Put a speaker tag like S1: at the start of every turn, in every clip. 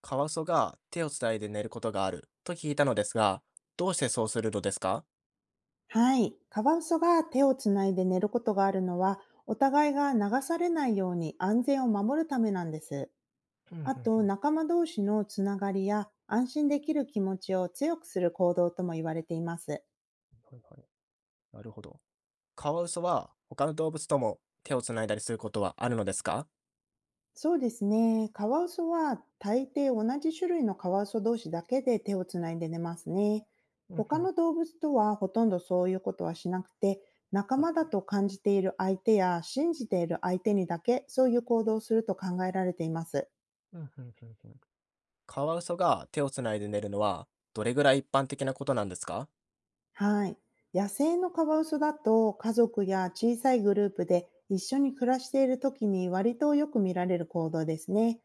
S1: カワウソが手をつないで寝ることがあると聞いたのですが、どうしてそうするのですか？
S2: はい。カワウソが手をつないで寝ることがあるのは、お互いが流されないように安全を守るためなんです。
S1: ふんふん
S2: あ
S1: ふんふ
S2: と、
S1: ん。
S2: 仲間同士のつながりや安心できる気持ちを強くする行動とも言われています。
S1: はいはい。なるほど。カワウソは他の動物とも手をつないだりすることはあるのですか？
S2: そうですね。カワウソは大抵同じ種類のカワウソ同士だけで手をつないで寝ますね。
S1: うんふ
S2: 他
S1: ん。
S2: の動物とはほとんどそういうことはしなくて、仲
S1: はい
S2: 間だ
S1: はい。
S2: と感じている相手や信じている相手にだけそういう行動をすると考えられています。
S1: うんふんふんふん。カワウソが手をつないで寝るのはどれぐらい一般的なことなんですか？
S2: はい。野生のカワウソだと家族や小さいグループで一緒に暮らしている時に割とよく見られる行動ですね。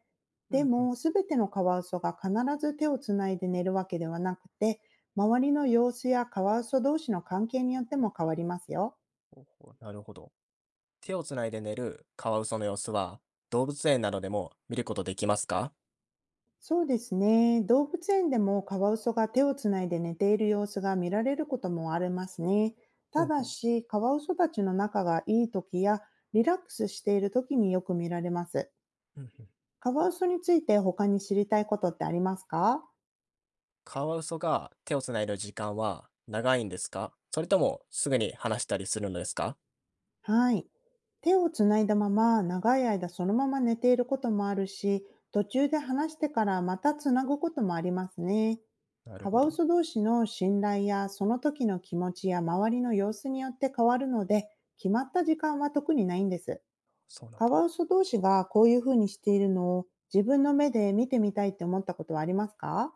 S1: う
S2: で
S1: んふん。
S2: も、すべてのカワウソが必ず手をつないで寝るわけではなくて、周りの様子やカワウソ同士の関係によっても変わりますよ。
S1: ほうほう。なるほど。手をつないで寝るカワウソの様子は動物園などでも見ることできますか？
S2: そうですね。動物園でもカワウソが手をつないで寝ている様子が見られることもありますね。
S1: ほ
S2: た
S1: う
S2: だ
S1: ほう。
S2: し、カワウソたちの仲がいい時やリラックスしている時によく見られます。
S1: うんふん。
S2: カワウソについて他に知りたいことってありますか？
S1: カワウソが手をつないでる時間は長いんですか？それともすぐに話したりするのですか？
S2: はい。手をつないだまま長い間そのまま寝ていることもあるし、途中で話してからまたつなぐこともありますね。
S1: なる
S2: カ
S1: ほ
S2: ワウ
S1: ど。
S2: ソ同士の信頼やその時の気持ちや周りの様子によって変わるので、決まった時間は特にないんです。
S1: そうなん
S2: カ
S1: だ。
S2: ワウソ同士がこういうふうにしているのを自分の目で見てみたいって思ったことはありますか？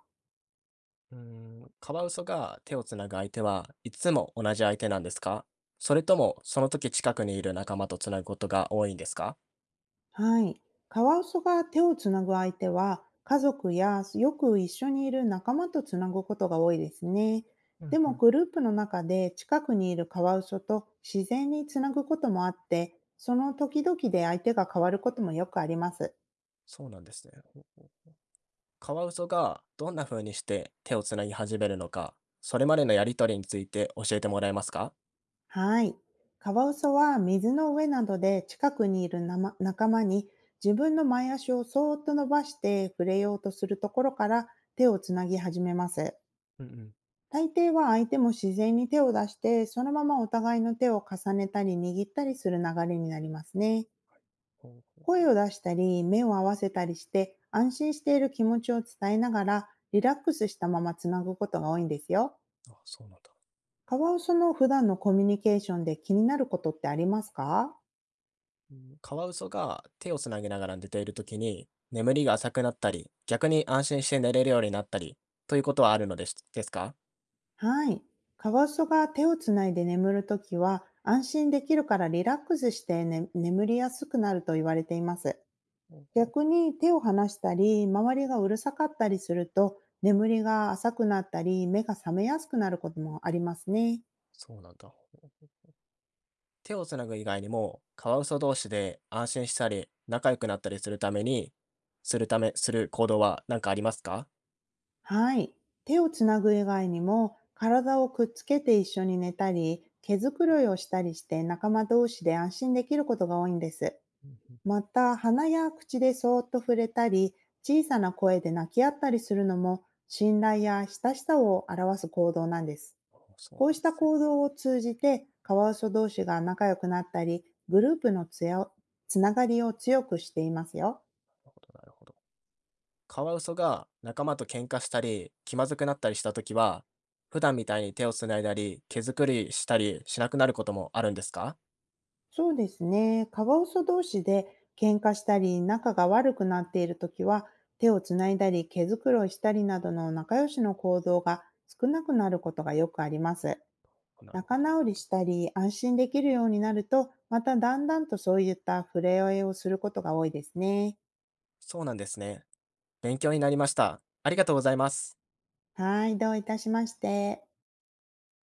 S1: うーん、カワウソが手をつなぐ相手はいつも同じ相手なんですか？それともその時近くにいる仲間とつなぐことが多いんですか？
S2: はい。カワウソが手をつなぐ相手は、家族やよく一緒にいる仲間とつなぐことが多いですね。
S1: う
S2: で
S1: んう
S2: も、
S1: ん。
S2: グループの中で近くにいるカワウソと自然につなぐこともあって、その時々で相手が変わることもよくあります。
S1: そうなんですね。カワウソがどんな風にして手をつなぎ始めるのか、それまでのやり取りについて教えてもらえますか？
S2: はい。カワウソは水の上などで近くにいるなま仲間に、自分の前足をそーっと伸ばして触れようとするところから手をつなぎ始めます。
S1: うんうん。
S2: 大抵は相手も自然に手を出して、そのままお互いの手を重ねたり握ったりする流れになりますね。
S1: ほうほう。
S2: 声を出したり、目を合わせたりして、安心している気持ちを伝えながら、リラックスしたままつなぐことが多いんですよ。
S1: あ、そうなんだ。
S2: カワウソの普段のコミュニケーションで気になることってありますか？
S1: うん、カワウソが手をつなぎながら寝ているときに、眠りが浅くなったり、逆に安心して寝れるようになったり、ということはあるのですか？
S2: はい。カワウソが手をつないで眠るときは、安心できるからリラックスして、ね、眠りやすくなると言われています。
S1: ほうほ
S2: 逆
S1: う。
S2: に手を離したり、周りがうるさかったりすると、眠りが浅くなったり、目が覚めやすくなることもありますね。
S1: そうなんだ。手をつなぐ以外にも、カワウソ同士で安心したり、仲良くなったりするために、する行動は何かありますか？
S2: はい。手をつなぐ以外にも、体をくっつけて一緒に寝たり、毛づくろいをしたりして仲間同士で安心できることが多いんです。
S1: うんうん。
S2: また、鼻や口でそーっと触れたり、小さな声で泣き合ったりするのも、信頼や親しさを表す行動なんです。
S1: あ、そう
S2: こう
S1: なん
S2: し
S1: で
S2: た
S1: すね。
S2: 行動を通じて、カワウソ同士が仲良くなったり、グループのつやつながりを強くしていますよ。
S1: なるほど、なるほど。カワウソが仲間と喧嘩したり、気まずくなったりしたときは、普段みたいに手をつないだり、毛づくりしたりしなくなることもあるんですか？
S2: そうですね。カワウソ同士で喧嘩したり、仲が悪くなっているときは、手をつないだり、毛づくろいしたりなどの仲良しの行動が少なくなることがよくあります。
S1: なるほ
S2: 仲
S1: どな
S2: 直
S1: るほ
S2: り
S1: ど。
S2: したり、安心できるようになると、まただんだんとそういった触れ合いをすることが多いですね。
S1: そうなんですね。勉強になりました。ありがとうございます。
S2: はい、どういたしまして。